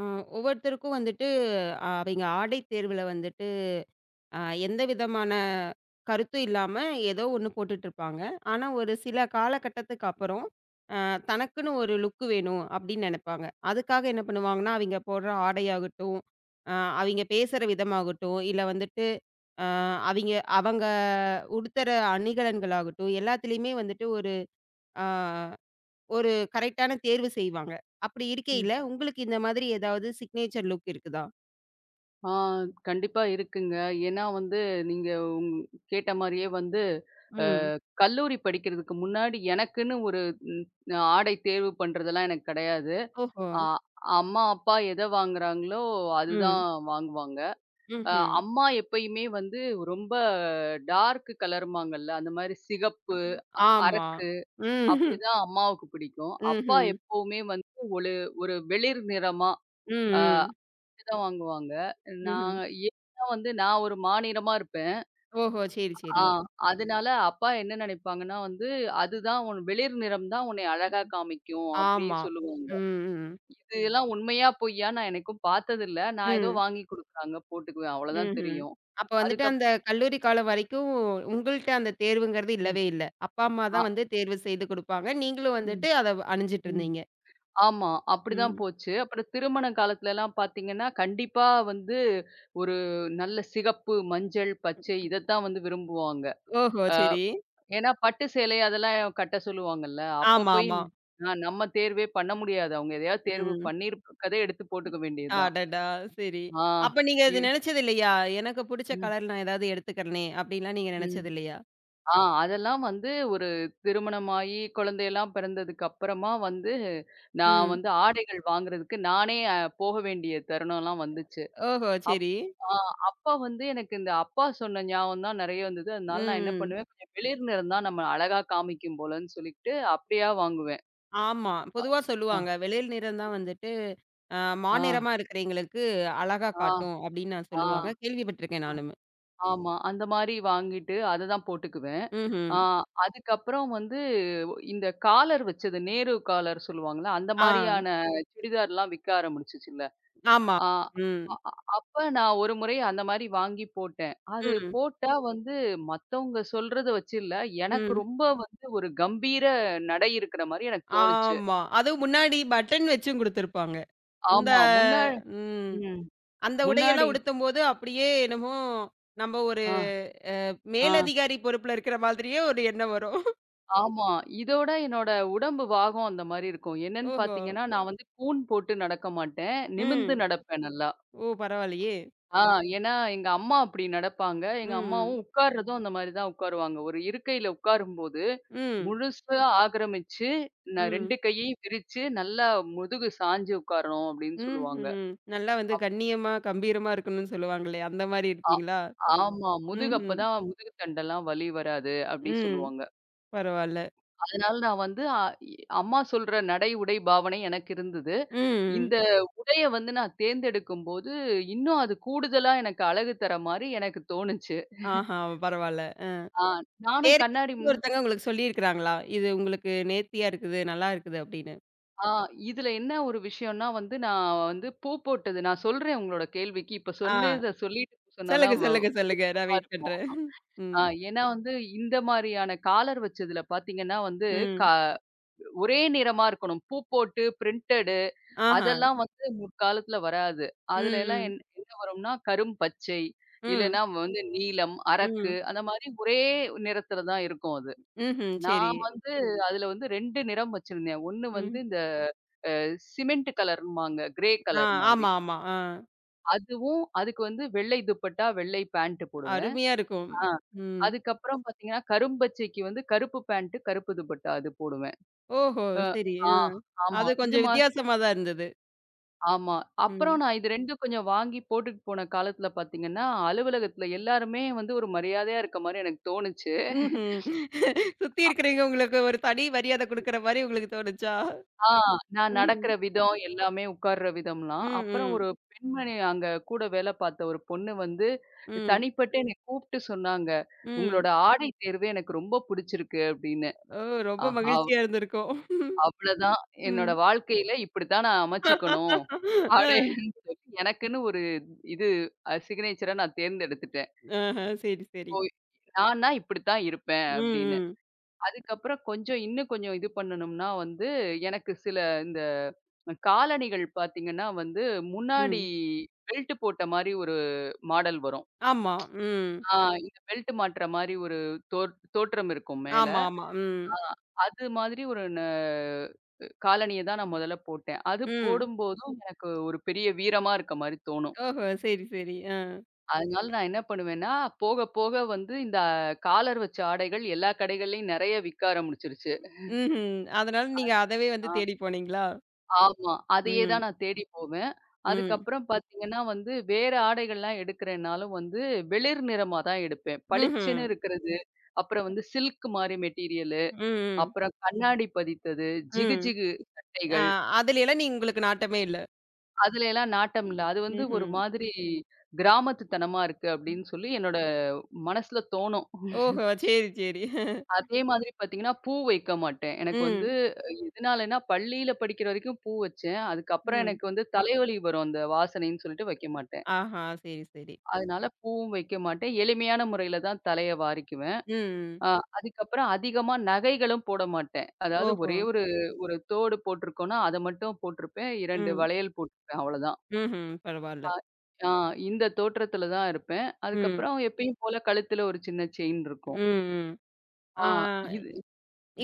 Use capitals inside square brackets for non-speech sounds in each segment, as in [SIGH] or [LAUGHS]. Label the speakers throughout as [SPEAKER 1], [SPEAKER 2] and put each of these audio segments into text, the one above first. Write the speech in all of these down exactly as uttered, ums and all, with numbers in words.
[SPEAKER 1] அ ஒவ்வொருத்தருக்கும் வந்துட்டு அ அவைங்க ஆடை தேர்வுல வந்துட்டு, அ எந்த விதமான கருத்தும் இல்லாம ஏதோ ஒண்ணு போட்டுட்டு இருப்பாங்க. ஆனா ஒரு சில காலகட்டத்துக்கு அப்புறம், அ தனக்குன்னு ஒரு லுக் வேணும் அப்படின்னு நெனைப்பாங்க. அதுக்காக என்ன பண்ணுவாங்கன்னா, அவைங்க போடுற ஆடையாகட்டும், அ அவைங்க பேசுற விதமாகட்டும், இல்ல வந்துட்டு அ அவைங்க அவங்க உடுத்துற அணிகலன்களாகட்டும், எல்லாத்துலயுமே வந்துட்டு ஒரு அ ஒரு கரெக்ட்டான தேர்வு செய்வாங்க. அப்படி
[SPEAKER 2] ம்.
[SPEAKER 1] இருக்கையில உங்களுக்கு இந்த மாதிரி ஏதாவது சிக்னேச்சர் லுக் இருக்குதா?
[SPEAKER 2] ஆ கண்டிப்பா இருக்குங்க. ஏன்னா வந்து நீங்க உங் கேட்ட மாரியே வந்து அ
[SPEAKER 1] ம்.
[SPEAKER 2] கல்லூரி படிக்கிறதுக்கு முன்னாடி எனக்குன்னு ஒரு ம் ஆடை தேர்வு பண்றதெல்லாம் எனக்கு கிடையாது.
[SPEAKER 1] ஓஹோ!
[SPEAKER 2] அ அம்மா, அப்பா எத வாங்குறாங்களோ அதுதான்
[SPEAKER 1] ம்.
[SPEAKER 2] வாங்குவாங்க. அ
[SPEAKER 1] ம்ஹ்ம்.
[SPEAKER 2] அம்மா எப்பயுமே வந்து ரொம்ப டார்க் கலரும்பாங்கல்ல, அந்த மாரி சிகப்பு,
[SPEAKER 1] ஆமா.
[SPEAKER 2] அரக்கு
[SPEAKER 1] ம்ஹ்ம்.
[SPEAKER 2] அப்படிதான் அம்மாவுக்கு பிடிக்கும். அப்பா
[SPEAKER 1] ம்ஹ்ம்.
[SPEAKER 2] எப்பவுமே வந்து ஒரு ஒரு வெளிர் நிறமா
[SPEAKER 1] ம்,
[SPEAKER 2] அ
[SPEAKER 1] ம்.
[SPEAKER 2] தான் வாங்குவாங்க.
[SPEAKER 1] ம்ஹ்ம்.
[SPEAKER 2] நான் ஏன்னா வந்து நான் ஒரு மாநிறமா இருப்பேன்.
[SPEAKER 1] ஓஹோ! சரி,
[SPEAKER 2] ஆ
[SPEAKER 1] சரி.
[SPEAKER 2] அதனால அப்பா என்ன நினைப்பாங்கன்னா வந்து, "அதுதான் உன் வெளிர் நிறம் தான் உன்னை அழகா காமிக்கும்" அப்படி
[SPEAKER 1] ஆமா.
[SPEAKER 2] சொல்லுவாங்க.
[SPEAKER 1] ம், ம்.
[SPEAKER 2] இது எல்லாம் உண்மையா பொய்யா நான் என்னைக்கும் பார்த்ததில்ல. நான் ஏதோ
[SPEAKER 1] ம்.
[SPEAKER 2] வாங்கி குடுக்குறாங்க போட்டுக்குவேன். அவ்வளோதான்
[SPEAKER 1] ம்ஹ்ம்.
[SPEAKER 2] தெரியும்.
[SPEAKER 1] அப்ப வந்துட்டு
[SPEAKER 2] அதுக்கப்
[SPEAKER 1] அந்த கல்லூரி காலம் வரைக்கும் உங்கள்ட்ட அந்த தேர்வுங்கிறது
[SPEAKER 2] ம்.
[SPEAKER 1] இல்லவே இல்ல. அப்பா, அம்மா
[SPEAKER 2] ஆ
[SPEAKER 1] தான் வந்து தேர்வு செய்து குடுப்பாங்க. நீங்களும்
[SPEAKER 2] ம்.
[SPEAKER 1] வந்துட்டு அத அணிஞ்சிட்டு
[SPEAKER 2] ம்.
[SPEAKER 1] இருந்தீங்க.
[SPEAKER 2] ஆமா. அப்படிதான்
[SPEAKER 1] ம்.
[SPEAKER 2] போச்சு. அப்புறம் திருமண காலத்துலலாம் பார்த்தீங்கன்னா, கண்டிப்பா வந்து ஒரு நல்ல சிகப்பு, மஞ்சள், பச்சை இதத்தான் வந்து விரும்புவாங்க.
[SPEAKER 1] ஓஹோ! சரி.
[SPEAKER 2] ஏன்னா பட்டு சேலை அதெல்லாம் கட்ட சொல்லுவாங்கல்ல. அப்ப
[SPEAKER 1] ஆமா,
[SPEAKER 2] போய்
[SPEAKER 1] ஆமா.
[SPEAKER 2] ந- ஆ நம்ம தேர்வே பண்ண முடியாது. அவங்க எதையாவது தேர்வு
[SPEAKER 1] ம்.
[SPEAKER 2] பண்ணியிருக்கத எடுத்து போட்டுக்க வேண்டியது தான்.
[SPEAKER 1] அடடா! சரி.
[SPEAKER 2] ஆ
[SPEAKER 1] அப்ப நீங்க
[SPEAKER 2] இ
[SPEAKER 1] அது நெனச்சது இல்லையா? எனக்கு புடிச்ச
[SPEAKER 2] ம்,
[SPEAKER 1] கலர் நான் ஏதாவது எடுத்துக்கிறனே! அப்டின்லாம் நீங்க
[SPEAKER 2] ம்.
[SPEAKER 1] நெனச்சது இல்லையா?
[SPEAKER 2] ஆ அதெல்லாம் வந்து ஒரு திருமணமாயி குழந்தையெல்லாம் பிறந்ததுக்கு அப்புறமா வந்து, நான்
[SPEAKER 1] ம்.
[SPEAKER 2] வந்து ஆடைகள் வாங்குறதுக்கு நானே அ போக வேண்டிய தருணம்லாம் வந்துச்சு.
[SPEAKER 1] ஓஹோ!
[SPEAKER 2] அப்
[SPEAKER 1] சரி.
[SPEAKER 2] ஆ அப்ப வந்து எனக்கு இந்த அப்பா சொன்ன ஞாபகம் தான் நெறைய வந்தது. அதனால நான் என்ன
[SPEAKER 1] ம்.
[SPEAKER 2] பண்ணுவேன், கொஞ்சம் வெளிர் நிறம் தான் நம்ம அழகா காமிக்கும் போலன்னு சொல்லிட்டு, அப்படியா வாங்குவேன்.
[SPEAKER 1] ஆமா. பொதுவா
[SPEAKER 2] ஆ,
[SPEAKER 1] சொல்லுவாங்க. வெளிர் நிறம் தான் வந்துட்டு அ
[SPEAKER 2] ஆ,
[SPEAKER 1] மாநிறமா இருக்கிறவைங்களுக்கு அழகா
[SPEAKER 2] ஆ.
[SPEAKER 1] காட்டும் அப்படின்னு நான்
[SPEAKER 2] ஆ,
[SPEAKER 1] சொல்லுவாங்க. கேள்விப்பட்டுருக்கேன் நானுமே.
[SPEAKER 2] ஆமா. அந்த மாரி வாங்கிட்டு அத தான் போட்டுக்குவேன்.
[SPEAKER 1] ம்ஹ்ம்.
[SPEAKER 2] ஆ அதுக்கப்புறம் வந்து இந்த காலர் வச்சது, நேரு காலர் சொல்லுவாங்கல்ல, அந்த
[SPEAKER 1] ஆ.
[SPEAKER 2] மாரியான சுடிதார்லாம் விக்க ஆரம்பிச்சுச்சுல்ல.
[SPEAKER 1] ஆமா.
[SPEAKER 2] ஆ
[SPEAKER 1] ம்.
[SPEAKER 2] அ அ- அப்ப நான் ஒரு முறை அந்த மாரி வாங்கி போட்டேன். அது
[SPEAKER 1] ம்.
[SPEAKER 2] போட்டா வந்து மத்தவங்க சொல்றத வச்சு இல்ல, எனக்கு
[SPEAKER 1] ம்.
[SPEAKER 2] ரொம்ப வந்து ஒரு கம்பீர நடை இருக்கிற மாரி எனக்கு தோணுச்சு.
[SPEAKER 1] ஆமா. அதுவும் முன்னாடி பட்டன் வச்சும் குடுத்துருப்பாங்க. அந்த
[SPEAKER 2] ஆமா. முன்னா
[SPEAKER 1] ம்.
[SPEAKER 2] ம்.
[SPEAKER 1] அந்த
[SPEAKER 2] முன்னாடி.
[SPEAKER 1] உடையெல்லாம் உடுத்தும்போது அப்படியே என்னமோ நம்ம ஒரு
[SPEAKER 2] ஆ,
[SPEAKER 1] அ
[SPEAKER 2] ஆ.
[SPEAKER 1] மேலதிகாரி பொறுப்புல இருக்கிற மாதிரியே ஒரு எண்ணம் வரும். [LAUGHS]
[SPEAKER 2] ஆமா. இதோட என்னோட உடம்பு பாகம் அந்த மாரி இருக்கும். என்னன்னு
[SPEAKER 1] ஓஹோ!
[SPEAKER 2] பார்த்தீங்கன்னா, ஓ. நான் வந்து கூன் போட்டு நடக்க மாட்டேன். நிமிந்து
[SPEAKER 1] ம்.
[SPEAKER 2] நடப்பேன் நல்லா.
[SPEAKER 1] ஓ! பரவாயில்லையே!
[SPEAKER 2] ஆ ஏன்னா எங்க அம்மா அப்படி நடப்பாங்க. எங்க அம்மாவும்
[SPEAKER 1] ம்.
[SPEAKER 2] உட்கார்றதும் அந்த மாரி தான் உட்காருவாங்க. ஒரு இருக்கையில உட்காரும்போது,
[SPEAKER 1] ம்.
[SPEAKER 2] முழுசா ஆக்கிரமிச்சு, நான்
[SPEAKER 1] ம்.
[SPEAKER 2] இரண்டு கையையும் விரிச்சு, நல்லா முதுகு சாஞ்சு உட்காரணும் அப்படின்னு சொல்லுவாங்க.
[SPEAKER 1] ம்ஹ்ம். நல்லா வந்து
[SPEAKER 2] அப்
[SPEAKER 1] கண்ணியமா, கம்பீரமா இருக்கணும்னு சொல்லுவாங்களே, அந்த மாரி
[SPEAKER 2] ஆ
[SPEAKER 1] இருப்பீங்களா?
[SPEAKER 2] ஆமா. முதுகு
[SPEAKER 1] ம்ஹ்ம்.
[SPEAKER 2] அப்பதான் முதுகு தண்டெல்லாம் வலி வராது அப்படி
[SPEAKER 1] ம்.
[SPEAKER 2] சொல்லுவாங்க.
[SPEAKER 1] பரவால்ல.
[SPEAKER 2] அதனால நான் வந்து அ இ அம்மா சொல்ற நடை, உடை, பாவனை எனக்கு இருந்தது.
[SPEAKER 1] ம். ம்.
[SPEAKER 2] இந்த உடைய வந்து நான் தேர்ந்தெடுக்கும்போது, இன்னும் அது கூடுதலா எனக்கு அழகு தர மாரி எனக்கு தோணுச்சு.
[SPEAKER 1] ஆஹா! பரவால்ல.
[SPEAKER 2] ஆ நானும்
[SPEAKER 1] வேற
[SPEAKER 2] கண்ணாடி
[SPEAKER 1] யாராவது
[SPEAKER 2] முன்.
[SPEAKER 1] ஒருத்தங்க உங்களுக்கு சொல்லியிருக்கிறாங்களா? இது உங்களுக்கு நேர்த்தியா இருக்குது, நல்லா இருக்குது அப்படின்னு.
[SPEAKER 2] ஆ இதுல என்ன ஒரு விஷயம்னா வந்து, நான் வந்து பூ போட்டது நான் சொல்றேன் உங்களோட கேள்விக்கு. இப்ப
[SPEAKER 1] ஆ.
[SPEAKER 2] சொன்னத சொல்லிட்டு சொன்னா தான்
[SPEAKER 1] சொல்லுங்க,
[SPEAKER 2] வ
[SPEAKER 1] சொல்லுங்க, சொல்லுங்க. நான்
[SPEAKER 2] சுத்தமா
[SPEAKER 1] வெயிட்
[SPEAKER 2] இருக்கும்.
[SPEAKER 1] பண்றேன்.
[SPEAKER 2] ஆ
[SPEAKER 1] ம்.
[SPEAKER 2] ஏன்னா வந்து இந்த மாரியான காலர் வச்சதுல பார்த்தீங்கன்னா வந்து,
[SPEAKER 1] ம்.
[SPEAKER 2] கா ஒரே நிறமா இருக்கணும். பூ போட்டு பிரிண்டடு
[SPEAKER 1] ஆஹா.
[SPEAKER 2] அதெல்லாம் வந்து முற்காலத்துல வராது.
[SPEAKER 1] ம்.
[SPEAKER 2] அதுல எல்லாம்
[SPEAKER 1] ம்.
[SPEAKER 2] என் என்ன வரும்னா கரும்பச்சை,
[SPEAKER 1] ம்.
[SPEAKER 2] இல்லன்னா வந்து நீலம், அரக்கு
[SPEAKER 1] ம்.
[SPEAKER 2] அந்த மாரி ஒரே நிறத்துல தான் இருக்கும் அது.
[SPEAKER 1] ம்ஹ்ம். சரி.
[SPEAKER 2] நான் வந்து அதுல வந்து இரண்டு நிறம் வச்சிருந்தேன். ஒண்ணு வந்து
[SPEAKER 1] ம்.
[SPEAKER 2] இந்த அ சிமெண்ட் கலர்ம்பாங்க. கிரே
[SPEAKER 1] ஆ.
[SPEAKER 2] கலர் மாதிரி.
[SPEAKER 1] ஆமா, ஆமா. ஆ.
[SPEAKER 2] அதுவும் அதுக்கு வந்து வெள்ளை துப்பட்டா, வெள்ளை பேண்ட் போடுவேன்.
[SPEAKER 1] அருமையா இருக்கும்.
[SPEAKER 2] ஆ.
[SPEAKER 1] ம்.
[SPEAKER 2] அதுக்கப்புறம் பாத்தீங்கன்னா, கரும்பச்சைக்கு வந்து கருப்பு பேண்ட், கருப்பு துப்பட்டா அது போடுவேன்.
[SPEAKER 1] ஓஹோ!
[SPEAKER 2] அ
[SPEAKER 1] சரி.
[SPEAKER 2] ஆ
[SPEAKER 1] ஆ.
[SPEAKER 2] ஆமா.
[SPEAKER 1] அது
[SPEAKER 2] இது
[SPEAKER 1] கொஞ்சம் வித்தியாசமா தான் இருந்தது.
[SPEAKER 2] ஆமா. அப்புறம்
[SPEAKER 1] ம்.
[SPEAKER 2] நான் இது இரண்டையும் கொஞ்சம் வாங்கி போட்டுட்டு போன காலத்துல பார்த்தீங்கன்னா, அலுவலகத்துல எல்லாருமே வந்து ஒரு மரியாதையா இருக்க மாரி எனக்கு தோணுச்சு.
[SPEAKER 1] ம்ஹ்ம். சுத்தி இருக்கிறவங்க உங்களுக்கு ஒரு தனி மரியாத குடுக்குற மாரி உங்களுக்கு தோணுச்சா?
[SPEAKER 2] ஆ நான்
[SPEAKER 1] ம்ஹ்ம்.
[SPEAKER 2] நடக்கிற விதம், எல்லாமே உட்கார்ற விதம்லாம்.
[SPEAKER 1] ம்,
[SPEAKER 2] அப்புறம் ஒரு
[SPEAKER 1] ம்,
[SPEAKER 2] பெண்மணி அங்க கூட வேலை பார்த்த ஒரு பொண்ணு வந்து
[SPEAKER 1] ம்,
[SPEAKER 2] தனிப்பட்டு என்னை கூப்ட்டு சொன்னாங்க.
[SPEAKER 1] ம்.
[SPEAKER 2] "உங்களோட ஆடை தேர்வு எனக்கு ரொம்ப புடிச்சிருக்கு" அப்படின்னு.
[SPEAKER 1] ஓ! ரொம்ப
[SPEAKER 2] ஆஹா!
[SPEAKER 1] மகிழ்ச்சியா இருந்திருக்கும்.
[SPEAKER 2] அவ்வளதான் என்னோட
[SPEAKER 1] ம்.
[SPEAKER 2] வாழ்க்கையில இப்படித்தான் நான் அமைச்சுக்கணும்.
[SPEAKER 1] அ.
[SPEAKER 2] அப்படின்னு சொல்லி எனக்குன்னு ஒரு இது அ சிக்னேச்சர நான் தேர்ந்தெடுத்துட்டேன்.
[SPEAKER 1] ஆஹ. சரி, சரி.
[SPEAKER 2] போய் நான்னா இப்படித்தான் இருப்பேன்
[SPEAKER 1] ம்,
[SPEAKER 2] அப்படின்னு.
[SPEAKER 1] ம்,
[SPEAKER 2] அதுக்கப்புறம் கொஞ்சம் இன்னும் கொஞ்சம் இது பண்ணணும்னா வந்து, எனக்கு சில இந்த காலணிகள் பார்த்தீங்கன்னா வந்து, முன்னாடி
[SPEAKER 1] ம்.
[SPEAKER 2] பெல்ட் போட்ட மாரி ஒரு மாடல் வரும்.
[SPEAKER 1] ஆமா. ம்.
[SPEAKER 2] ஆ இந்த பெல்ட் மாட்டுற மாரி ஒரு தோற் தோற்றம் இருக்கும் மேல.
[SPEAKER 1] ஆமா, ஆமா. ம்,
[SPEAKER 2] ஆ அது மாதிரி ஒரு ந காலணிய தான் நான் முதல்ல போட்டேன். அது
[SPEAKER 1] ம்.
[SPEAKER 2] போடும்போதும் எனக்கு ஒரு பெரிய வீரமா இருக்க மாரி தோணும்.
[SPEAKER 1] ஓஹோ! சரி, சரி. ஆ.
[SPEAKER 2] அதனால நான் என்ன பண்ணுவேன்னா, போக போக வந்து இந்த காலர் வச்ச ஆடைகள் எல்லா கடைகள்லயும் நெறைய விக்க ஆரம்பிச்சுருச்சு.
[SPEAKER 1] ம்ஹ்ம். அதனால நீங்க அதவே வந்து
[SPEAKER 2] ஆ
[SPEAKER 1] தேடி போனீங்களா?
[SPEAKER 2] ஆமா. அதையே
[SPEAKER 1] ம்,
[SPEAKER 2] தான் நான் தேடி போவேன்.
[SPEAKER 1] ம்.
[SPEAKER 2] அதுக்கப்புறம் பார்த்தீங்கன்னா வந்து, வேற ஆடைகள்லாம் எடுக்கிறேன்னாலும் வந்து வெளிர் நிறமா தான் எடுப்பேன்.
[SPEAKER 1] ம்ஹ்ம்.
[SPEAKER 2] பளிச்சுன்னு இருக்கிறது, அப்புறம் வந்து சில்க் மாரி மெட்டீரியலு,
[SPEAKER 1] ம், ம்.
[SPEAKER 2] அப்புறம் கண்ணாடி பதித்தது, ஜிகு
[SPEAKER 1] ம்.
[SPEAKER 2] ஜிகு
[SPEAKER 1] அ
[SPEAKER 2] சட்டைகள்,
[SPEAKER 1] அதுலலாம் நீ உங்களுக்கு நாட்டமே இல்ல.
[SPEAKER 2] அதுலலாம் நாட்டம் இல்ல.
[SPEAKER 1] ம்.
[SPEAKER 2] அது வந்து ஒரு
[SPEAKER 1] ம்ஹ்ம்.
[SPEAKER 2] மாதிரி கிராமத்து தனமா இருக்கு அப்படின்னு சொல்லி என்னோட மனசுல தோணும்.
[SPEAKER 1] ஓஹோ! சரி, சரி.
[SPEAKER 2] அதே மாதிரி பார்த்தீங்கன்னா, பூ வைக்க மாட்டேன். எனக்கு வந்து
[SPEAKER 1] ம்.
[SPEAKER 2] எதனாலன்னா, பள்ளியில படிக்கிற வரைக்கும் பூ வச்சேன். அதுக்கப்புறம்
[SPEAKER 1] ம்.
[SPEAKER 2] எனக்கு வந்து தலைவலி வரும். அந்த வாசனைன்னு சொல்லிட்டு வைக்க மாட்டேன்.
[SPEAKER 1] ஆஹா! சரி, சரி.
[SPEAKER 2] அதனால பூவும் வைக்க மாட்டேன். எளிமையான முறையில தான் தலைய வாரிக்குவேன்.
[SPEAKER 1] ம்.
[SPEAKER 2] அ அதுக்கப்புறம் அதிகமா நகைகளும் போட மாட்டேன். அதாவது
[SPEAKER 1] ஓஹோ!
[SPEAKER 2] ஒரே ஒரு ஒரு தோடு போட்டிருக்கோன்னா, அத மட்டும் போட்டிருப்பேன். இரண்டு
[SPEAKER 1] ம்.
[SPEAKER 2] வளையல் போட்டிருப்பேன். அவ்வளோதான்.
[SPEAKER 1] ம்ஹ்ம்.
[SPEAKER 2] அ
[SPEAKER 1] பரவால்ல.
[SPEAKER 2] ஆ இந்த தோற்றத்தில தான் இருப்பேன்.
[SPEAKER 1] ம்.
[SPEAKER 2] அதுக்கப்புறம் எப்பயும் போல கழுத்தில ஒரு சின்ன செயின் இருக்கும்.
[SPEAKER 1] ம், ம்.
[SPEAKER 2] ஆ
[SPEAKER 1] ஆ
[SPEAKER 2] இது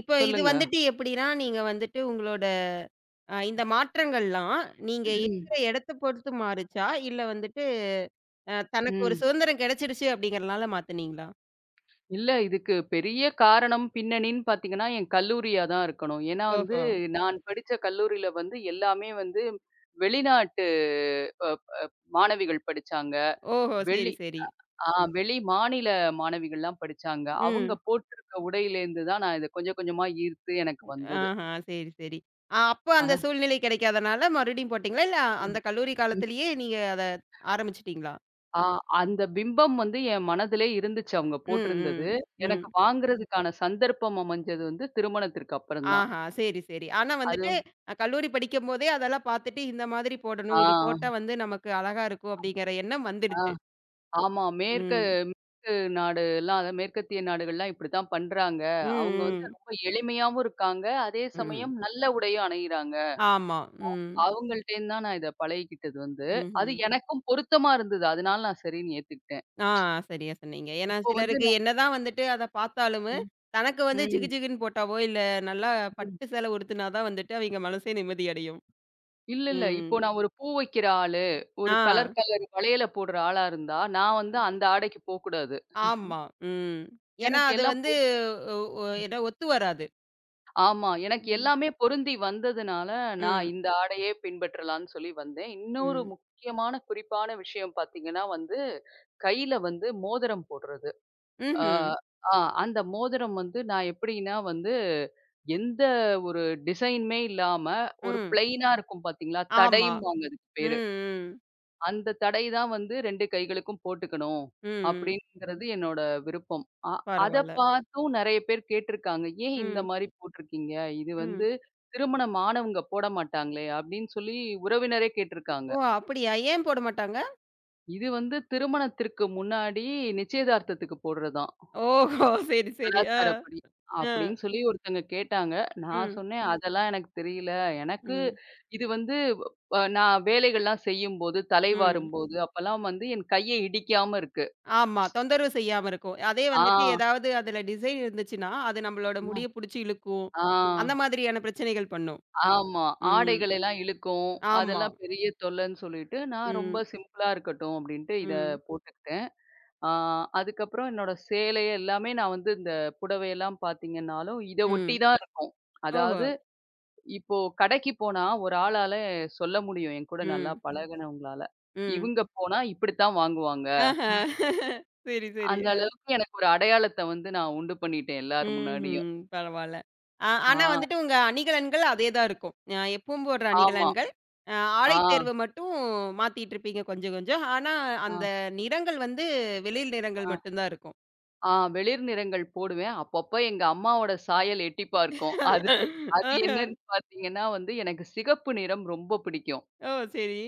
[SPEAKER 1] இப்போ இது
[SPEAKER 2] சொல்லுங்க.
[SPEAKER 1] வந்துட்டு எப்படின்னா, நீங்க வந்துட்டு உங்களோட அ இந்த மாற்றங்கள்லாம், நீங்க
[SPEAKER 2] ம்.
[SPEAKER 1] இருக்கிற இடத்த பொறுத்து மாறுச்சா? இல்ல வந்துட்டு அ தனக்கு ஒரு
[SPEAKER 2] ம்.
[SPEAKER 1] சுதந்திரம் கிடைச்சிடுச்சு அப்படிங்கிறனால மாத்துனீங்களா?
[SPEAKER 2] இல்ல. இதுக்கு பெரிய காரணம் பின்னணின்னு பார்த்தீங்கன்னா, என் கல்லூரியா தான் இருக்கணும். ஏன்னா வந்து
[SPEAKER 1] ஓஹோ!
[SPEAKER 2] நான் படிச்ச கல்லூரியில வந்து எல்லாமே வந்து வெளிநாட்டு அ மாணவிகள் படிச்சாங்க.
[SPEAKER 1] ஓஹோ!
[SPEAKER 2] வெளி
[SPEAKER 1] சரி, சரி.
[SPEAKER 2] ஆ வெளி மாநில மாணவிகள்லாம் படிச்சாங்க. அவங்க
[SPEAKER 1] ம்.
[SPEAKER 2] போட்டிருக்க உடையிலேருந்து தான் நான் இத கொஞ்சம் கொஞ்சமா ஈர்த்து எனக்கு வந்தது.
[SPEAKER 1] ஆஹா, சரி, சரி. அ அப்ப
[SPEAKER 2] ஆ
[SPEAKER 1] அந்த சூழ்நிலை கிடைக்காதனால மறுபடியும் போட்டீங்களா? இல்ல
[SPEAKER 2] ம்,
[SPEAKER 1] அந்த கல்லூரி
[SPEAKER 2] ம்.
[SPEAKER 1] காலத்திலேயே நீங்க அத ஆரம்பிச்சுட்டீங்களா?
[SPEAKER 2] ஆ அந்த பிம்பம் வந்து என் மனதிலே இருந்துச்சு அவங்க
[SPEAKER 1] ம்,
[SPEAKER 2] போட்டிருந்தது.
[SPEAKER 1] ம்,
[SPEAKER 2] எனக்கு
[SPEAKER 1] ம்.
[SPEAKER 2] வாங்குறதுக்கான சந்தர்ப்பம் அமைஞ்சது வந்து திருமணத்திற்கு அப்புறம் தான்.
[SPEAKER 1] ஆஹா, சரி, சரி. ஆனா
[SPEAKER 2] அது.
[SPEAKER 1] வந்துட்டு அ கல்லூரி படிக்கும்போதே அதெல்லாம் பார்த்துட்டு இந்த மாதிரி போடணும். இது
[SPEAKER 2] ஆ,
[SPEAKER 1] போட்டா வந்து நமக்கு அழகா இருக்கும் அப்படிங்கிற எண்ணம்
[SPEAKER 2] ஆ.
[SPEAKER 1] வந்துடுச்சு.
[SPEAKER 2] ஆமா. மேற்
[SPEAKER 1] ம்,
[SPEAKER 2] மேற்கு நாடு எல்லாம் அதாவது மேற்கத்திய நாடுகள்லாம் இப்படித்தான் பண்றாங்க.
[SPEAKER 1] ம்,
[SPEAKER 2] அவங்க வந்து
[SPEAKER 1] ம்,
[SPEAKER 2] ரொம்ப எளிமையாவும் இருக்காங்க. அதே
[SPEAKER 1] ம்.
[SPEAKER 2] சமயம் நல்ல உடையும் அணியிறாங்க.
[SPEAKER 1] ஆமா. ம்,
[SPEAKER 2] அவங்கள்ட்டேருந்து தான் நான் இத பழகிக்கிட்டது வந்து. அது
[SPEAKER 1] ம்ஹ்ம்.
[SPEAKER 2] எனக்கும் பொருத்தமா இருந்தது. அதனால நான் சரின்னு ஏத்துக்கிட்டேன்.
[SPEAKER 1] ஆ, சரியா சொன்னீங்க. ஏன்னா
[SPEAKER 2] இப்போ வந்து
[SPEAKER 1] சிலருக்கு
[SPEAKER 2] நான்.
[SPEAKER 1] என்னதான் வந்துட்டு அத பார்த்தாலுமே,
[SPEAKER 2] ம்.
[SPEAKER 1] தனக்கு வந்து ஜிகு
[SPEAKER 2] ம்.
[SPEAKER 1] ஜிகுன்னு போட்டாவோ, இல்ல நல்லா
[SPEAKER 2] ம்.
[SPEAKER 1] பட்டு சேலை உடுத்துனா தான் வந்துட்டு அவிங்க மனசே நிம்மதி அடையும்.
[SPEAKER 2] இல்ல, இல்ல.
[SPEAKER 1] ம்.
[SPEAKER 2] இப்போ நான் ஒரு பூ வைக்கிற ஆளு, ஒரு
[SPEAKER 1] ஆ,
[SPEAKER 2] கலர் கலர் வளையல போடுற ஆளா இருந்தா, நான் வந்து அந்த ஆடைக்கு போக்கூடாது.
[SPEAKER 1] ஆமா. ம். ஏன்னா
[SPEAKER 2] எனக்கு
[SPEAKER 1] அது
[SPEAKER 2] எல்லாம்.
[SPEAKER 1] வந்து ஒ ஒ ஏன்னா ஒத்து வராது.
[SPEAKER 2] ஆமா. எனக்கு
[SPEAKER 1] ம்.
[SPEAKER 2] எல்லாமே பொருந்தி வந்ததுனால, நான்
[SPEAKER 1] ம்.
[SPEAKER 2] இந்த ஆடையே பின்பற்றலான்னு சொல்லி வந்தேன். இன்னொரு
[SPEAKER 1] ம்.
[SPEAKER 2] முக்கியமான குறிப்பான விஷயம் பார்த்தீங்கன்னா வந்து, கையில வந்து மோதிரம் போடுறது. ஆ,
[SPEAKER 1] ம்ஹ்ம்.
[SPEAKER 2] ஆ அந்த மோதிரம் வந்து நான் எப்படின்னா வந்து, எந்த ஒரு டிசைனுமே இல்லாம, ஒரு
[SPEAKER 1] ம்.
[SPEAKER 2] பிளெயினா இருக்கும் பார்த்தீங்களா?
[SPEAKER 1] ஆமா.
[SPEAKER 2] தடைம்பாங்க அதுக்கு
[SPEAKER 1] ம்.
[SPEAKER 2] பேரு.
[SPEAKER 1] ம்.
[SPEAKER 2] அந்த தடை தான் வந்து இரண்டு கைகளுக்கும் போட்டுக்கணும்.
[SPEAKER 1] ம். ம்.
[SPEAKER 2] அப்படிங்கிறது என்னோட விருப்பம். அ அத
[SPEAKER 1] பரவால்ல.
[SPEAKER 2] பார்த்தும் நெறைய பேர் கேட்டிருக்காங்க. ஏன் இந்த
[SPEAKER 1] ம்.
[SPEAKER 2] மாரி போட்டிருக்கீங்க? இது
[SPEAKER 1] ம்.
[SPEAKER 2] வந்து திருமணம் ஆனவங்க போட மாட்டாங்களே! அப்படின்னு சொல்லி உறவினரே கேட்டிருக்காங்க.
[SPEAKER 1] ஓ! அப்படியா? ஏன் போட மாட்டாங்க?
[SPEAKER 2] இது வந்து திருமணத்திற்கு முன்னாடி நிச்சயதார்த்தத்துக்கு போடுறதாம்.
[SPEAKER 1] ஓஹோ! சரி, சரி. ஆ.
[SPEAKER 2] கலாச்சாரப்படி.
[SPEAKER 1] ஆ.
[SPEAKER 2] அப்படின்னு சொல்லி ஒருத்தங்க கேட்டாங்க. நான்
[SPEAKER 1] ம்.
[SPEAKER 2] சொன்னேன், "அதெல்லாம் எனக்கு தெரியல. எனக்கு
[SPEAKER 1] ம்.
[SPEAKER 2] இது வந்து அ நான் வேலைகள்லாம் செய்யும்போது,
[SPEAKER 1] ம்.
[SPEAKER 2] தலைவாரும்போது அப்பல்லாம் வந்து என் கைய இடிக்காம இருக்கு."
[SPEAKER 1] ஆமா. தொந்தரவு செய்யாம இருக்கும். அதே
[SPEAKER 2] ஆ,
[SPEAKER 1] வந்துட்டு ஏதாவது அதுல டிசைன் இருந்துச்சுன்னா, அது நம்மளோட
[SPEAKER 2] ம்.
[SPEAKER 1] முடிய புடிச்சு இழுக்கும்.
[SPEAKER 2] ஆ,
[SPEAKER 1] அந்த மாதிரியான பிரச்சனைகள் பண்ணும்.
[SPEAKER 2] ஆமா.
[SPEAKER 1] ம்.
[SPEAKER 2] ஆடைகள் எல்லாம் இழுக்கும்.
[SPEAKER 1] ஆமா.
[SPEAKER 2] அதெல்லாம் பெரிய தொல்லன்னு சொல்லிட்டு, நான் ரொம்ப
[SPEAKER 1] ம்.
[SPEAKER 2] சிம்பிளா இருக்கட்டும் அப்படின்ட்டு இத
[SPEAKER 1] ம்.
[SPEAKER 2] போட்டுக்கிட்டேன். ஆ, அதுக்கப்புறம் என்னோட சேலை எல்லாமே நான் வந்து இந்த புடவையெல்லாம் பார்த்தீங்கன்னாலும், இத ஒட்டி
[SPEAKER 1] ம்.
[SPEAKER 2] தான் இருக்கும்.
[SPEAKER 1] ஓஹோ!
[SPEAKER 2] அதாவது இப்போ கடைக்கு போனா ஒரு ஆளால சொல்ல முடியும். என் கூட நல்லா
[SPEAKER 1] ம்.
[SPEAKER 2] பழகுனவங்களால.
[SPEAKER 1] ம்.
[SPEAKER 2] இவங்க போனா இப்படித்தான் வாங்குவாங்க.
[SPEAKER 1] ஆஹ. சரி, சரி.
[SPEAKER 2] அந்த
[SPEAKER 1] அ.
[SPEAKER 2] அளவுக்கு எனக்கு ஒரு அடையாளத்த வந்து நான் உண்டு பண்ணிட்டேன் எல்லார் முன்னாடியும்.
[SPEAKER 1] ம்ஹ்ம். பரவால்ல. அ ஆனா
[SPEAKER 2] ஆ,
[SPEAKER 1] வந்துட்டு உங்க அணிகலன்கள் அதே தான் இருக்கும். அ எப்பவும் போடுற
[SPEAKER 2] ஆமா.
[SPEAKER 1] அணிகலன்கள். அ ஆடை
[SPEAKER 2] ஆ,
[SPEAKER 1] தேர்வு மட்டும் மாத்திட்டு இருப்பீங்க கொஞ்சம், கொஞ்சம். ஆனா
[SPEAKER 2] ஆ,
[SPEAKER 1] அந்த நிறங்கள் வந்து வெளிர்
[SPEAKER 2] ஆ.
[SPEAKER 1] நிறங்கள் மட்டும் தான் இருக்கும்.
[SPEAKER 2] ஆ வெளிர் நிறங்கள் போடுவேன். அப்பப்ப எங்க அம்மாவோட சாயல் எட்டி பார்க்கும். அது
[SPEAKER 1] [LAUGHS]
[SPEAKER 2] அது
[SPEAKER 1] ஆஹ.
[SPEAKER 2] என்னன்னு பார்த்தீங்கன்னா வந்து, எனக்கு சிகப்பு நிறம் ரொம்ப பிடிக்கும்.
[SPEAKER 1] ஓ! சரி.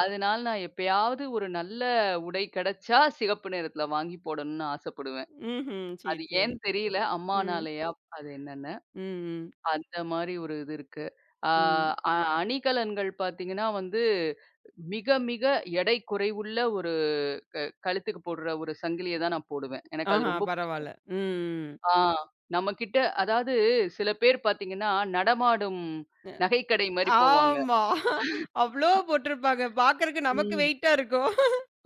[SPEAKER 2] அதனால நான் எப்பயாவது ஒரு நல்ல உடை கிடைச்சா, சிகப்பு நிறத்துல வாங்கி போடணும்னு ஆசைப்படுவேன்.
[SPEAKER 1] ம்ஹ்ம். சரி,
[SPEAKER 2] அது
[SPEAKER 1] சரி.
[SPEAKER 2] ஏன்னு தெரியல.
[SPEAKER 1] ம்.
[SPEAKER 2] அம்மானாலயா? அது என்னன்னு.
[SPEAKER 1] ம், ம்,
[SPEAKER 2] அந்த மாரி ஒரு இது இருக்கு. ஆ
[SPEAKER 1] ம்.
[SPEAKER 2] அ அணிகலன்கள் பார்த்தீங்கன்னா வந்து, மிக மிக எடை குறைவுள்ள ஒரு க கழுத்துக்கு போடுற ஒரு சங்கிலிய தான் நான் போடுவேன். எனக்கு அது
[SPEAKER 1] ஆஹா,
[SPEAKER 2] ரொம்ப பிடிக்கும்.
[SPEAKER 1] பரவால்ல. ம்.
[SPEAKER 2] ஆ நம்மகிட்ட அதாவது சில பேர் பார்த்தீங்கன்னா, நடமாடும்
[SPEAKER 1] அ
[SPEAKER 2] நகைக்கடை மாரி போவாங்க.
[SPEAKER 1] ஆமா. அவ்ளோ போட்டிருப்பாங்க. பார்க்கறக்கு நமக்கு
[SPEAKER 2] ம்.
[SPEAKER 1] வெயிட்டா இருக்கும்.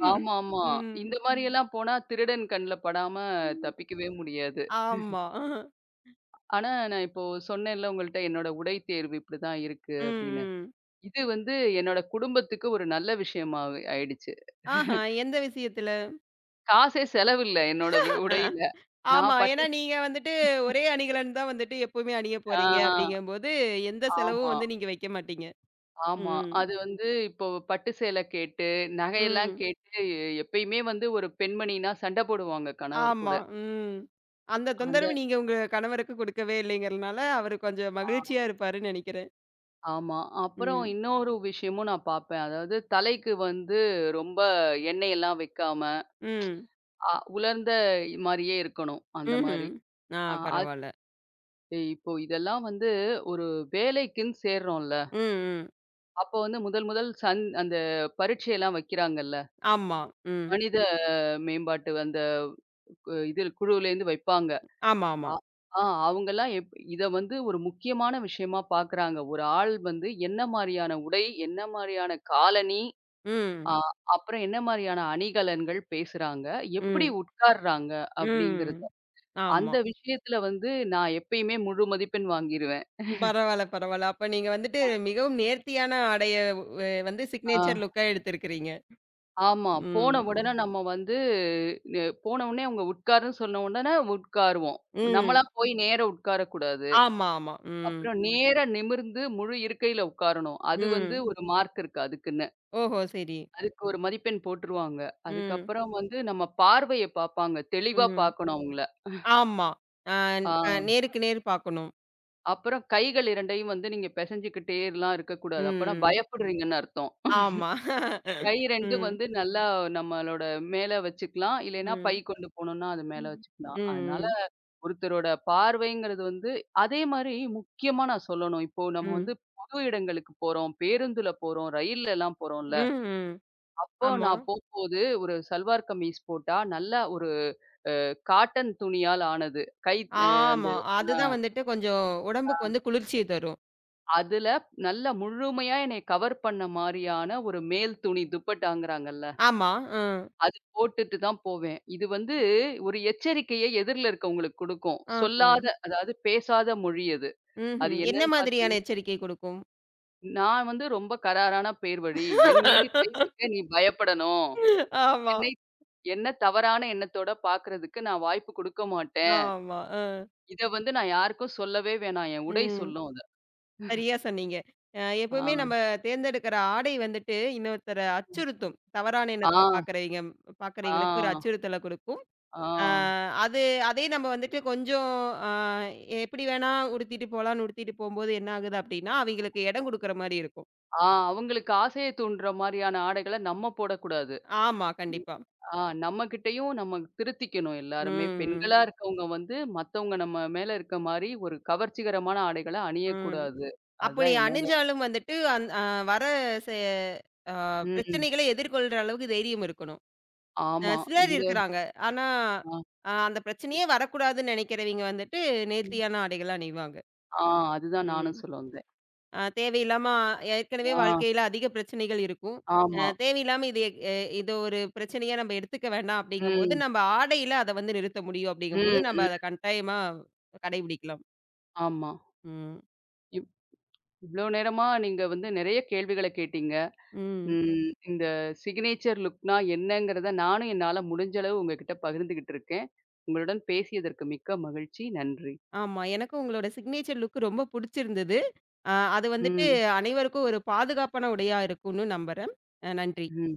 [SPEAKER 1] ம்.
[SPEAKER 2] ஆமாமா.
[SPEAKER 1] ம்.
[SPEAKER 2] இந்த மாரியெல்லாம் போனா திருடன் கண்ல படாம
[SPEAKER 1] ம்.
[SPEAKER 2] தப்பிக்கவே முடியாது.
[SPEAKER 1] ஆமா.
[SPEAKER 2] ஆனா, நான் இப்போ சொன்னேன்ல உங்கள்ட்ட என்னோட உடை தேர்வு இப்படிதான் இருக்கு
[SPEAKER 1] ம்,
[SPEAKER 2] அப்படின்னு.
[SPEAKER 1] ம்.
[SPEAKER 2] இது வந்து என்னோட குடும்பத்துக்கு ஒரு நல்ல விஷயமா ஆயிடுச்சு.
[SPEAKER 1] ஆஹா, எந்த விஷயத்துல?
[SPEAKER 2] காசே செலவில்ல என்னோட வி- உடையில.
[SPEAKER 1] ஆமா.
[SPEAKER 2] நான் பட்டு.
[SPEAKER 1] ஏன்னா நீங்க வந்துட்டு ஒரே அணிகலன் தான் வந்துட்டு எப்பவுமே அணிய
[SPEAKER 2] ஆ
[SPEAKER 1] போறீங்க அப்படிங்கும்போது, எந்த செலவும்
[SPEAKER 2] ஆமா.
[SPEAKER 1] வந்து நீங்க வைக்க மாட்டீங்க.
[SPEAKER 2] ஆமா.
[SPEAKER 1] ம்.
[SPEAKER 2] அது வந்து இப்போ பட்டு சேலை கேட்டு, நகையெல்லாம்
[SPEAKER 1] ம்.
[SPEAKER 2] கேட்டு எப்பயுமே வந்து ஒரு பெண்மணின்னா சண்டை போடுவாங்க கணவர் கூட.
[SPEAKER 1] ஆமா. ம். அந்த
[SPEAKER 2] அந்த
[SPEAKER 1] தொந்தரவு நீங்க உங்க கணவருக்கு குடுக்கவே இல்லைங்கிறனால, அவரு கொஞ்சம் மகிழ்ச்சியா இருப்பாருன்னு நெனைக்கிறேன்.
[SPEAKER 2] ஆமா. அப்புறம்
[SPEAKER 1] ம்.
[SPEAKER 2] இன்னொரு விஷயமும் நான் பார்ப்பேன். அதாவது தலைக்கு வந்து ரொம்ப எண்ணெயெல்லாம் வைக்காம,
[SPEAKER 1] ம்.
[SPEAKER 2] அ உலர்ந்த மாரியே இருக்கணும். அந்த
[SPEAKER 1] ம்ஹ்ம்.
[SPEAKER 2] மாரி.
[SPEAKER 1] ஆ
[SPEAKER 2] ஆ அது
[SPEAKER 1] பரவால்ல.
[SPEAKER 2] இப்போ இதெல்லாம் வந்து ஒரு வேலைக்குன்னு சேர்றோம்ல.
[SPEAKER 1] ம், ம்.
[SPEAKER 2] அப்போ வந்து முதல் முதல் சந் அந்த பரீட்சையெல்லாம் வைக்கிறாங்கல்ல.
[SPEAKER 1] ஆமா. ம்.
[SPEAKER 2] மனித மேம்பாட்டு அந்த கு இது குழுவுலேருந்து வைப்பாங்க.
[SPEAKER 1] ஆமாமா.
[SPEAKER 2] அ ஆ அவங்கலாம் எப் இத வந்து ஒரு முக்கியமான விஷயமா பார்க்குறாங்க. ஒரு ஆள் வந்து என்ன மாரியான உடை, என்ன மாரியான காலணி,
[SPEAKER 1] ம்.
[SPEAKER 2] அ அப்புறம் என்ன மாரியான அணிகலன்கள் பேசுறாங்க, எப்படி
[SPEAKER 1] ம்.
[SPEAKER 2] உட்கார்றாங்க
[SPEAKER 1] ம்.
[SPEAKER 2] அப்படிங்கிறது.
[SPEAKER 1] ஆமா.
[SPEAKER 2] அந்த விஷயத்துல வந்து நான் எப்பயுமே முழு மதிப்பெண் வாங்கிருவேன்.
[SPEAKER 1] பரவால்ல, பரவால்ல. அப்ப நீங்க வந்துட்டு மிகவும் நேர்த்தியான ஆடைய வ வந்து
[SPEAKER 2] ஆ
[SPEAKER 1] சிக்னேச்சர் லுக்கா எடுத்திருக்கிறீங்க.
[SPEAKER 2] ஆமா. போன
[SPEAKER 1] ம்.
[SPEAKER 2] உடனே நம்ம வந்து நெ போன உடனே அவங்க உட்காருன்னு சொன்ன உடனே உட்காருவோம். நம்மளா
[SPEAKER 1] ம்.
[SPEAKER 2] போய் நேரா உட்காரக்கூடாது.
[SPEAKER 1] ஆமா, ஆமா. ம்.
[SPEAKER 2] அப்புறம் நேரா நிமிர்ந்து முழு இருக்கையில உட்காரணும். அது வந்து
[SPEAKER 1] ம்.
[SPEAKER 2] ஒரு மார்க் இருக்கு அதுக்குன்னு.
[SPEAKER 1] ஓஹோ! சரி.
[SPEAKER 2] அதுக்கு ஒரு மதிப்பெண் போட்டுருவாங்க.
[SPEAKER 1] ம்.
[SPEAKER 2] அதுக்கப்புறம் வந்து நம்ம பார்வைய பார்ப்பாங்க. தெளிவா
[SPEAKER 1] ம்.
[SPEAKER 2] பார்க்கணும் அவங்கள.
[SPEAKER 1] ஆமா. அ
[SPEAKER 2] ஆ
[SPEAKER 1] அ நேருக்கு நேர் பார்க்கணும்.
[SPEAKER 2] அப்புறம் கைகள் இரண்டையும் வந்து நீங்க பெசஞ்சுக்கிட்டேலாம் இருக்கக்கூடாது. அப்பன்னா
[SPEAKER 1] ம்.
[SPEAKER 2] பயப்படுறீங்கன்னு அர்த்தம்.
[SPEAKER 1] ஆமா.
[SPEAKER 2] கை இரண்டும்
[SPEAKER 1] ம்.
[SPEAKER 2] வந்து நல்லா நம்மளோட மேல வச்சுக்கலாம். இல்லைன்னா பை
[SPEAKER 1] ம்.
[SPEAKER 2] கொண்டு போனோம்னா, அது மேல
[SPEAKER 1] ம்.
[SPEAKER 2] வச்சுக்கலாம். அதனால
[SPEAKER 1] ம்.
[SPEAKER 2] ஒருத்தரோட பார்வைங்கிறது வந்து அதே மாரி முக்கியமா நான் சொல்லணும். இப்போ நம்ம
[SPEAKER 1] ம்.
[SPEAKER 2] வந்து பொது இடங்களுக்கு போறோம், பேருந்துல போறோம், ரயில்லலாம் போறோம்ல.
[SPEAKER 1] ம். ம்.
[SPEAKER 2] அப்போ
[SPEAKER 1] ஆமா.
[SPEAKER 2] நான் போம்போது ஒரு சல்வார் கமீஸ் போட்டா, நல்லா ஒரு அ காட்டன் துணியால் ஆனது. கை அ அந்த
[SPEAKER 1] ஆமா.
[SPEAKER 2] அ
[SPEAKER 1] அதுதான் வந்துட்டு கொஞ்சம் உடம்புக்கு வந்து குளிர்ச்சிய தரும்.
[SPEAKER 2] அதுல நல்லா முழுமையா என்னைய கவர் பண்ண மாரியான ஒரு மேல் துணி துப்பட்டாங்கிறாங்கல்ல,
[SPEAKER 1] ஆமா. ம்.
[SPEAKER 2] அது போட்டுட்டு தான் போவேன். இது வந்து ஒரு எச்சரிக்கைய எதிர்ல இருக்கவங்களுக்கு குடுக்கும்.
[SPEAKER 1] ஆஹா.
[SPEAKER 2] சொல்லாத அதாவது பேசாத மொழி அது. அது
[SPEAKER 1] ம்ஹ்ம். என்ன
[SPEAKER 2] என்னன்னு
[SPEAKER 1] மாதிரியான
[SPEAKER 2] பார்த்தீங்கன்னா,
[SPEAKER 1] எச்சரிக்கை குடுக்கும்?
[SPEAKER 2] நான் வந்து ரொம்ப கராரான பேர் வழி. என் மீது கை வைக்க நீ பயப்படணும்.
[SPEAKER 1] ஆமா.
[SPEAKER 2] என்னை என்ன தவறான எண்ணத்தோட பார்க்கறதுக்கு நான் வாய்ப்பு குடுக்க மாட்டேன்.
[SPEAKER 1] ஆமா. அ.
[SPEAKER 2] இத வந்து நான் யாருக்கும் சொல்லவே வேணாம். என் உடை
[SPEAKER 1] ம்.
[SPEAKER 2] சொல்லும் அத.
[SPEAKER 1] சரியா சொன்னீங்க. அ
[SPEAKER 2] ஆ,
[SPEAKER 1] எப்பவுமே நம்ம தேர்ந்தெடுக்கிற ஆடை வந்துட்டு இன்னொருத்தர அச்சுறுத்தும். தவறான
[SPEAKER 2] ஆ,
[SPEAKER 1] எண்ணத்தில பார்க்குறவைங்க
[SPEAKER 2] ஆ,
[SPEAKER 1] பார்க்குறவைங்களுக்கு ஒரு அச்சுறுத்தல குடுக்கும்.
[SPEAKER 2] ஆ,
[SPEAKER 1] அ அது அதே நம்ம வந்துட்டு கொஞ்சம் அ எப்படி வேணா உடுத்திட்டு போலான்னு உடுத்திட்டு போம்போது என்ன ஆகுது அப்படின்னா, அவைங்களுக்கு இடம் குடுக்குற மாரி இருக்கும்.
[SPEAKER 2] ஆ அவங்களுக்கு ஆசைய தூண்டுற மாரியான ஆடைகள நம்ம போடக்கூடாது.
[SPEAKER 1] ஆமா, கண்டிப்பா.
[SPEAKER 2] ஆ நம்மகிட்டயும் நம்ம திருத்திக்கணும் எல்லாருமே.
[SPEAKER 1] ம்,
[SPEAKER 2] பெண்களா இருக்கவங்க வந்து மத்தவங்க நம்ம மேல இருக்க மாரி ஒரு கவர்ச்சிகரமான ஆடைகள
[SPEAKER 1] ம், ம்.
[SPEAKER 2] அணியக்கூடாது.
[SPEAKER 1] அப்படி
[SPEAKER 2] அதுதான் என்னோட.
[SPEAKER 1] அணிஞ்சாலும் வந்துட்டு அந் அ வர செ அ
[SPEAKER 2] ம்.
[SPEAKER 1] பிரச்சனைகள எதிர்கொள்ற அளவுக்கு தைரியம் இருக்கணும். அ
[SPEAKER 2] ஆமா.
[SPEAKER 1] சிலர்
[SPEAKER 2] இந்த.
[SPEAKER 1] இருக்கிறாங்க. ஆனா,
[SPEAKER 2] ஆ,
[SPEAKER 1] அ அந்த பிரச்சனையே வரக்கூடாதுன்னு நெனைக்கிறவைங்க வந்துட்டு
[SPEAKER 2] ம்.
[SPEAKER 1] நேர்த்தியான ஆடைகளா அணிவாங்க.
[SPEAKER 2] ஆ அதுதான் நானும்
[SPEAKER 1] ம்.
[SPEAKER 2] சொல்ல வந்தேன்.
[SPEAKER 1] அ தேவையில்லாம ஏற்கனவே
[SPEAKER 2] ஆ,
[SPEAKER 1] வாழ்க்கையில அதிக பிரச்சனைகள் இருக்கும். அ
[SPEAKER 2] ஆமா.
[SPEAKER 1] தேவையில்லாம இது எ எ- இது ஒரு பிரச்சனையா நம்ம எடுத்துக்க வேண்டாம் அப்படிங்கும்போது,
[SPEAKER 2] ம்,
[SPEAKER 1] நம்ம ஆடையில அத வந்து நிறுத்த முடியும் அப்படிங்கும்போது,
[SPEAKER 2] ம்,
[SPEAKER 1] நம்ம
[SPEAKER 2] ம்.
[SPEAKER 1] அத கட்டாயமா கடைபிடிக்கலாம்.
[SPEAKER 2] ஆமா.
[SPEAKER 1] ம்.
[SPEAKER 2] இவ் இவ்ளோ நேரமா நீங்க வந்து நெறைய கேள்விகள கேட்டீங்க.
[SPEAKER 1] ம்.
[SPEAKER 2] ம். இந்த சிக்னேச்சர் லுக்னா என்னங்கிறத நானும் என்னால முடிஞ்ச அளவு உங்ககிட்ட பகிர்ந்துகிட்டு இருக்கேன். உங்களுடன் பேசியதற்கு மிக்க மகிழ்ச்சி. நன்றி.
[SPEAKER 1] ஆமா. எனக்கும் உங்களோட சிக்னேச்சர் லுக் ரொம்ப புடிச்சிருந்தது. அ அது வந்துட்டு
[SPEAKER 2] ம்.
[SPEAKER 1] அனைவருக்கும் ஒரு பாதுகாப்பான உடையா இருக்கும்னு நம்புறேன். அ நன்றி.
[SPEAKER 2] ம்.